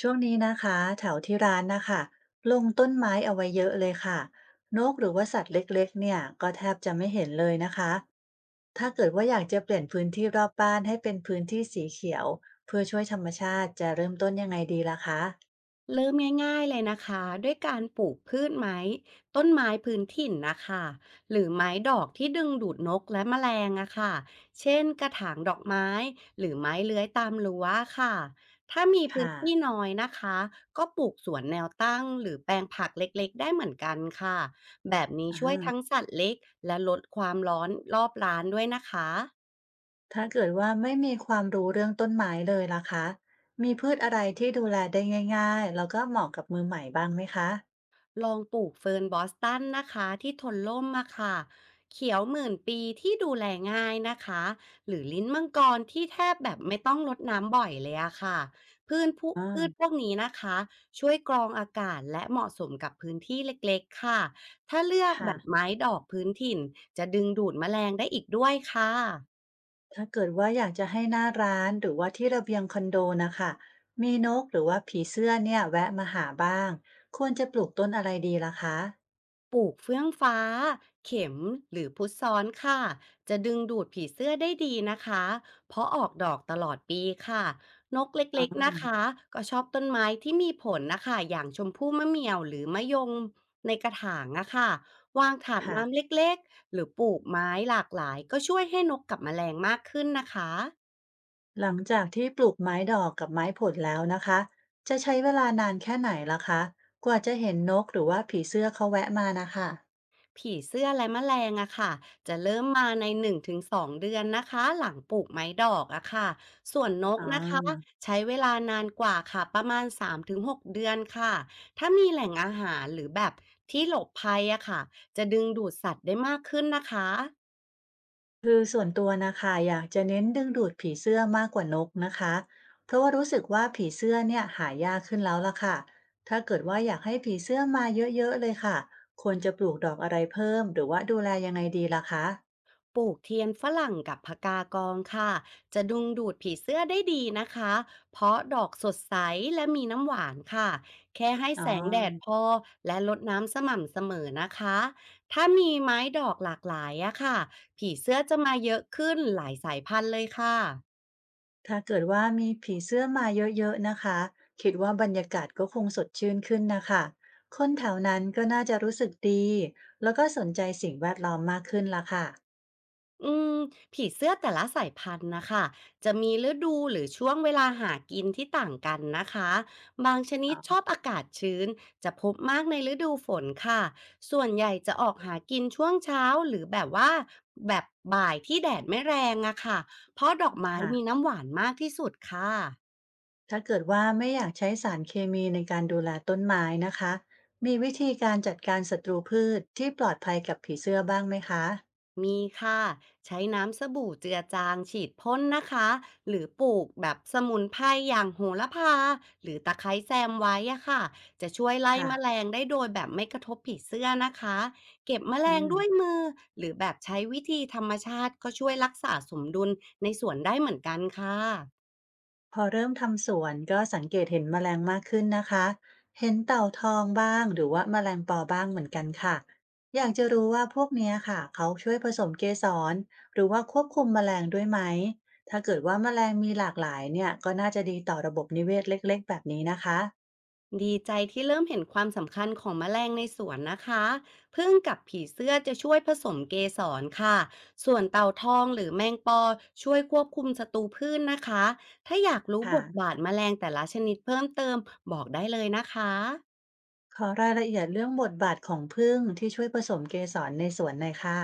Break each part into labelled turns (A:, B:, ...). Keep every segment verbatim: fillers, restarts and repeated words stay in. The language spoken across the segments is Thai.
A: ช่วงนี้นะคะแถวที่ร้านนะคะลงต้นไม้เอาไว้เยอะเลยค่ะนกหรือว่าสัตว์เล็กๆเนี่ยก็แทบจะไม่เห็นเลยนะคะถ้าเกิดว่าอยากจะเปลี่ยนพื้นที่รอบบ้านให้เป็นพื้นที่สีเขียวเพื่อช่วยธรรมชาติจะเริ่มต้นยังไงดีล่ะคะ
B: เริ่มง่ายๆเลยนะคะด้วยการปลูกพืชไม้ต้นไม้พื้นถิ่นนะคะหรือไม้ดอกที่ดึงดูดนกและแมลงอะค่ะเช่นกระถางดอกไม้หรือไม้เลื้อยตามรั้วค่ะถ้ามีพื้น
A: ค่ะ
B: ที่น้อยนะคะก็ปลูกสวนแนวตั้งหรือแปลงผักเล็กๆได้เหมือนกันค่ะแบบนี้
A: อ่
B: ช่วยทั้ง
A: า
B: สัตว์เล็กและลดความร้อนรอบร้านด้วยนะคะ
A: ถ้าเกิดว่าไม่มีความรู้เรื่องต้นไม้เลยล่ะคะมีพืชอะไรที่ดูแลได้ง่ายๆแล้วก็เหมาะกับมือใหม่บ้างไหมคะ
B: ลองปลูกเฟิร์นบอสตันนะคะที่ทนล่มมาค่ะเขียวหมื่นปีที่ดูแลง่ายนะคะหรือลิ้นมังกรที่แทบแบบไม่ต้องรดน้ำบ่อยเลยอะค่ะพืชผู้
A: อ่า
B: พืชพวกนี้นะคะช่วยกรองอากาศและเหมาะสมกับพื้นที่เล็กๆค่ะถ้าเลือกแบ
A: ค่ะ
B: บไม้ดอกพื้นถิ่นจะดึงดูดแมลงได้อีกด้วยค่ะ
A: ถ้าเกิดว่าอยากจะให้หน้าร้านหรือว่าที่ระเบียงคอนโดนะคะมีนกหรือว่าผีเสื้อเนี่ยแวะมาหาบ้างควรจะปลูกต้นอะไรดีล่ะคะ
B: ปลูกเฟื่องฟ้าเข็มหรือพุทรซ้อนค่ะจะดึงดูดผีเสื้อได้ดีนะคะเพราะออกดอกตลอดปีค่ะนกเ
A: อ๋
B: ล็ก
A: อ
B: ๆนะคะก็ชอบต้นไม้ที่มีผลนะคะอย่างชมพู่มะเหมี่ยวหรือมะยมในกระถางอะค่ะวางถาด
A: ค่ะ
B: น้ำเล็กๆหรือปลูกไม้หลากหลายก็ช่วยให้นกกับแมลงมากขึ้นนะคะ
A: หลังจากที่ปลูกไม้ดอกกับไม้ผลแล้วนะคะจะใช้เวลานานแค่ไหนล่ะคะกว่าจะเห็นนกหรือว่าผีเสื้อเขาแวะมานะคะ
B: ผีเสื้อและแมลงอะค่ะจะเริ่มมาในหนึ่งถึงสองเดือนนะคะหลังปลูกไม้ดอกอะค่ะส่วนนก
A: อ๋
B: นะคะ
A: อ
B: ใช้เวลานานกว่าค่ะประมาณสามถึงหกเดือนค่ะถ้ามีแหล่งอาหารหรือแบบที่หลบภัยอะค่ะจะดึงดูดสัตว์ได้มากขึ้นนะคะ
A: คือส่วนตัวนะคะอยากจะเน้นดึงดูดผีเสื้อมากกว่านกนะคะเพราะว่ารู้สึกว่าผีเสื้อเนี่ยหายากขึ้นแล้วล่ะค่ะถ้าเกิดว่าอยากให้ผีเสื้อมาเยอะๆเลยค่ะควรจะปลูกดอกอะไรเพิ่มหรือว่าดูแลยังไงดีล่ะคะ
B: ปลูกเทียนฝรั่งกับพกากองค่ะจะดึงดูดผีเสื้อได้ดีนะคะเพราะดอกสดใสและมีน้ำหวานค่ะแค่ให้
A: อ๋อ
B: แสงแดดพอและรดน้ำสม่ำเสมอนะคะถ้ามีไม้ดอกหลากหลายอะค่ะผีเสื้อจะมาเยอะขึ้นหลายสายพันธุ์เลยค่ะ
A: ถ้าเกิดว่ามีผีเสื้อมาเยอะๆนะคะคิดว่าบรรยากาศก็คงสดชื่นขึ้นนะคะคนแถวนั้นก็น่าจะรู้สึกดีแล้วก็สนใจสิ่งแวดล้อมมากขึ้นล่ะค่ะ
B: อืมผีเสื้อแต่ละสายพันธุ์นะคะจะมีฤดูหรือช่วงเวลาหากินที่ต่างกันนะคะบางชนิด
A: อ๋
B: ชอ
A: อ
B: บอากาศชื้นจะพบมากในฤดูฝนค่ะส่วนใหญ่จะออกหากินช่วงเช้าหรือแบบว่าแบบบ่ายที่แดดไม่แรงอะค่ะเพราะดอกไม้
A: ค่ะ
B: มีน้ำหวานมากที่สุดค่ะ
A: ถ้าเกิดว่าไม่อยากใช้สารเคมีในการดูแลต้นไม้นะคะมีวิธีการจัดการศัตรูพืชที่ปลอดภัยกับผีเสื้อบ้างไหมคะ
B: มีค่ะใช้น้ำสบู่เจือจางฉีดพ่นนะคะหรือปลูกแบบสมุนไพรอย่างโหระพาหรือตะไคร้แซมไว้อะค่ะจะช่วยไล่
A: ค่ะ
B: แมลงได้โดยแบบไม่กระทบผีเสื้อนะคะเก็บแมล
A: อื
B: งด้วย
A: ม
B: มือหรือแบบใช้วิธีธรรมชาติก็ช่วยรักษาสมดุลในสวนได้เหมือนกันค่ะ
A: พอเริ่มทำสวนก็สังเกตเห็นแมลงมากขึ้นนะคะเห็นเต่าทองบ้างหรือว่าแมลงปอบ้างเหมือนกันค่ะอยากจะรู้ว่าพวกเนี้ยค่ะเขาช่วยผสมเกสรหรือว่าควบคุมแมลงด้วยไหมถ้าเกิดว่าแมลงมีหลากหลายเนี่ยก็น่าจะดีต่อระบบนิเวศเล็กๆแบบนี้นะคะ
B: ดีใจที่เริ่มเห็นความสำคัญของแมลงในสวนนะคะพึ่งกับผีเสื้อจะช่วยผสมเกสรค่ะ ส่วนเต่าทองหรือแมงปอช่วยควบคุมศัตรูพืชนนะคะ ถ้าอยากรู้บ
A: ค่ะ
B: ทบาทแมลงแต่ละชนิดเพิ่มเติมบอกได้เลยนะคะ
A: ขอรายละเอียดเรื่องบทบาทของผึ้งที่ช่วยผสมเกสรในสวนหน่อยค่ะ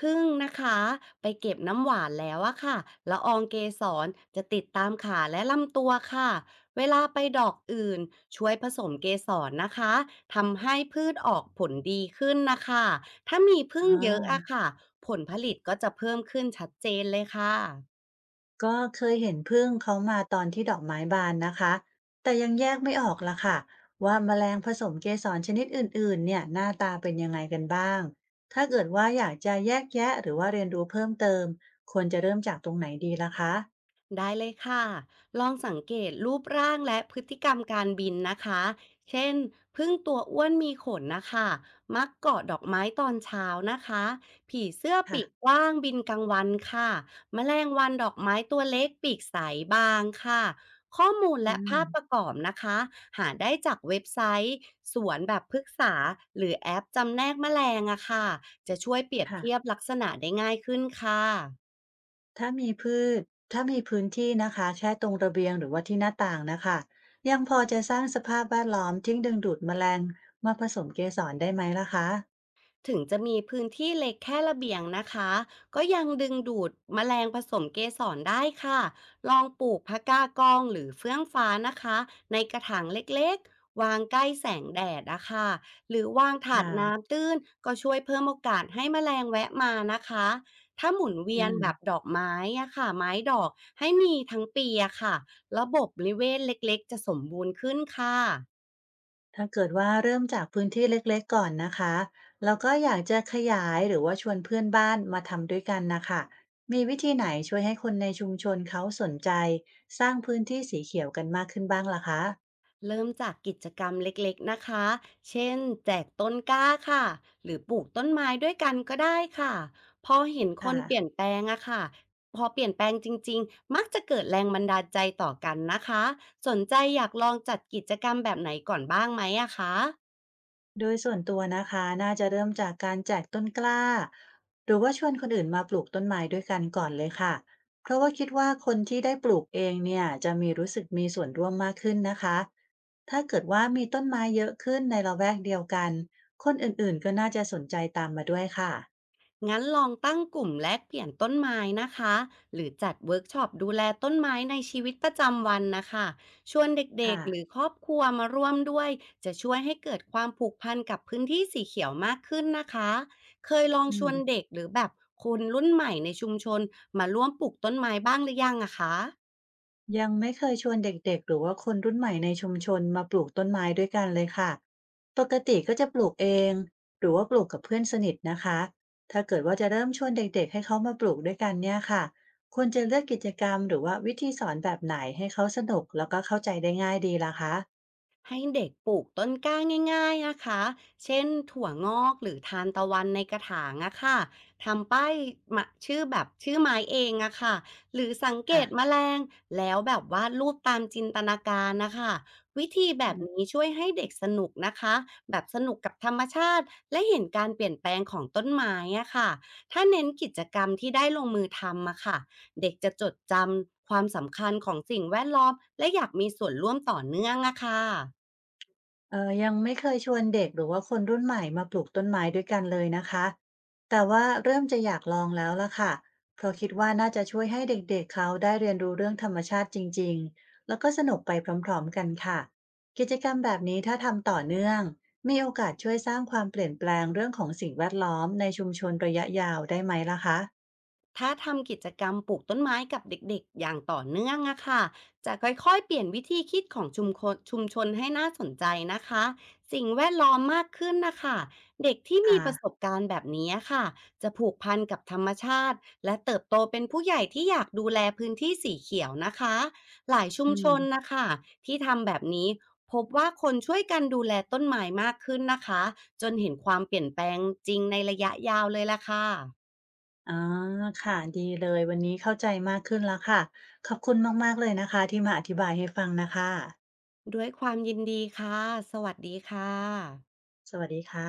B: พึ่งนะคะไปเก็บน้ำหวานแล้วอะค่ะละอองเกสรจะติดตามขาและลำตัวค่ะเวลาไปดอกอื่นช่วยผสมเกสรนะคะทำให้พืชออกผลดีขึ้นนะคะถ้ามีพึ่
A: อ๋
B: ง
A: อ
B: เยอะอะค่ะผลผลิตก็จะเพิ่มขึ้นชัดเจนเลยค่ะ
A: ก็เคยเห็นผึ้งเขามาตอนที่ดอกไม้บานนะคะ แต่ยังแยกไม่ออกละค่ะ ว่าแมลงผสมเกสรชนิดอื่นๆเนี่ยหน้าตาเป็นยังไงกันบ้าง ถ้าเกิดว่าอยากจะแยกแยะหรือว่าเรียนรู้เพิ่มเติมควรจะเริ่มจากตรงไหนดีล่ะคะ
B: ได้เลยค่ะ ลองสังเกตรูปร่างและพฤติกรรมการบินนะคะ เช่น พึ่งตัวอ้วนมีขนนะคะมักเกาะดอกไม้ตอนเช้านะคะผีเสื้อปีก
A: ค่ะ
B: กว้างบินกลางวันค่ะแมลงวันดอกไม้ตัวเล็กปีกใสบางค่ะข้อมูลและ
A: อืม
B: ภาพประกอบนะคะหาได้จากเว็บไซต์สวนแบบพฤกษาหรือแอปจำแนกแมลงอะค่ะจะช่วยเปรียบเทียบ
A: ค่ะ
B: ลักษณะได้ง่ายขึ้นค่ะ
A: ถ้ามีพืชถ้ามีพื้นที่นะคะแค่ตรงระเบียงหรือว่าที่หน้าต่างนะคะยังพอจะสร้างสภาพแวดล้อมที่ดึงดูดแมลงมาผสมเกสรได้ไหมล่ะคะ
B: ถึงจะมีพื้นที่เล็กแค่ระเบียงนะคะก็ยังดึงดูดแมลงผสมเกสรได้ค่ะลองปลูกพะก้ากองหรือเฟื่องฟ้านะคะในกระถางเล็กๆวางใกล้แสงแดดนะคะหรือวางถาด
A: ค่ะ
B: น้ำตื้นก็ช่วยเพิ่มโอกาสให้แมลงแวะมานะคะถ้าหมุนเวี
A: อื
B: ยน
A: ม
B: แบบดอกไม้อะค่ะไม้ดอกให้มีทั้งปีอะค่ะระบบนิเวศเล็กๆจะสมบูรณ์ขึ้นค่ะ
A: ถ้าเกิดว่าเริ่มจากพื้นที่เล็กๆก่อนนะคะแล้วก็อยากจะขยายหรือว่าชวนเพื่อนบ้านมาทำด้วยกันนะค่ะมีวิธีไหนช่วยให้คนในชุมชนเขาสนใจสร้างพื้นที่สีเขียวกันมากขึ้นบ้างล่ะคะ
B: เริ่มจากกิจกรรมเล็กๆ นะคะ เช่นแจกต้นกล้าค่ะ หรือปลูกต้นไม้ด้วยกันก็ได้ค่ะ พอเห็นคน
A: ค่ะ
B: เปลี่ยนแปลงอะค่ะพอเปลี่ยนแปลงจริงๆ มักจะเกิดแรงบันดาลใจต่อกันนะคะ สนใจอยากลองจัดกิจกรรมแบบไหนก่อนบ้างไหมอะคะ
A: โดยส่วนตัวนะคะน่าจะเริ่มจากการแจกต้นกล้าหรือว่าชวนคนอื่นมาปลูกต้นไม้ด้วยกันก่อนเลยค่ะเพราะว่าคิดว่าคนที่ได้ปลูกเองเนี่ยจะมีรู้สึกมีส่วนร่วมมากขึ้นนะคะถ้าเกิดว่ามีต้นไม้เยอะขึ้นในละแวกเดียวกันคนอื่นๆก็น่าจะสนใจตามมาด้วยค่ะ
B: งั้นลองตั้งกลุ่มแลกเปลี่ยนต้นไม้นะคะหรือจัดเวิร์กช็อปดูแลต้นไม้ในชีวิตประจำวันนะคะชวนเด็ก
A: ค่ะ
B: ๆหรือครอบครัวมาร่วมด้วยจะช่วยให้เกิดความผูกพันกับพื้นที่สีเขียวมากขึ้นนะคะเคยลอง
A: อื
B: ช
A: ม
B: วนเด็กหรือแบบคนรุ่นใหม่ในชุมชนมาร่วมปลูกต้นไม้บ้างหรือยังอะคะ
A: ยังไม่เคยชวนเด็กๆหรือว่าคนรุ่นใหม่ในชุมชนมาปลูกต้นไม้ด้วยกันเลยค่ะปกติก็จะปลูกเองหรือว่าปลูกกับเพื่อนสนิทนะคะ ถ้าเกิดว่าจะเริ่มชวนเด็กๆให้เขามาปลูกด้วยกันเนี่ยค่ะควรจะเลือกกิจกรรมหรือว่าวิธีสอนแบบไหนให้เขาสนุกแล้วก็เข้าใจได้ง่ายดีล่ะคะ
B: ให้เด็กปลูกต้นกล้าง่ายๆนะคะเช่นถั่วงอกหรือทานตะวันในกระถางอะค่ะทำป้ายมาชื่อแบบชื่อไม้เองอะค่ะหรือสังเก
A: ค่ะ
B: ตแมลงแล้วแบบวาดรูปตามจินตนาการนะคะวิธีแบบนี้ช่วยให้เด็กสนุกนะคะแบบสนุกกับธรรมชาติและเห็นการเปลี่ยนแปลงของต้นไม้อะค่ะถ้าเน้นกิจกรรมที่ได้ลงมือทำอะค่ะเด็กจะจดจำความสำคัญของสิ่งแวดล้อมและอยากมีส่วนร่วมต่อเนื่องอะค่ะ
A: เอ่อยังไม่เคยชวนเด็กหรือว่าคนรุ่นใหม่มาปลูกต้นไม้ด้วยกันเลยนะคะ แต่ว่าเริ่มจะอยากลองแล้วล่ะค่ะ เพราะคิดว่าน่าจะช่วยให้เด็กๆเขาได้เรียนรู้เรื่องธรรมชาติจริงๆ แล้วก็สนุกไปพร้อมๆกันค่ะ กิจกรรมแบบนี้ถ้าทำต่อเนื่องมีโอกาสช่วยสร้างความเปลี่ยนแปลงเรื่องของสิ่งแวดล้อมในชุมชนระยะยาวได้ไหมล่ะคะ
B: ถ้าทำกิจกรรมปลูกต้นไม้กับเด็กๆอย่างต่อเนื่องอะค่ะจะค่อยๆเปลี่ยนวิธีคิดของชุมชนชุมชนให้น่าสนใจนะคะสิ่งแวดล้อมมากขึ้นนะคะเด็กที่มีประสบ
A: ค่ะ
B: การณ์แบบนี้ค่ะจะผูกพันกับธรรมชาติและเติบโตเป็นผู้ใหญ่ที่อยากดูแลพื้นที่สีเขียวนะคะหลายชุม
A: อื
B: ชน
A: ม
B: นะคะที่ทำแบบนี้พบว่าคนช่วยกันดูแลต้นไม้มากขึ้นนะคะจนเห็นความเปลี่ยนแปลงจริงในระยะยาวเลยล่ะค่ะ
A: อ๋อค่ะดีเลยวันนี้เข้าใจมากขึ้นแล้วค่ะขอบคุณมากๆเลยนะคะที่มาอธิบายให้ฟังนะคะ
B: ด้วยความยินดีค่ะ สวัสดีค่ะ
A: สวัสดีค่ะ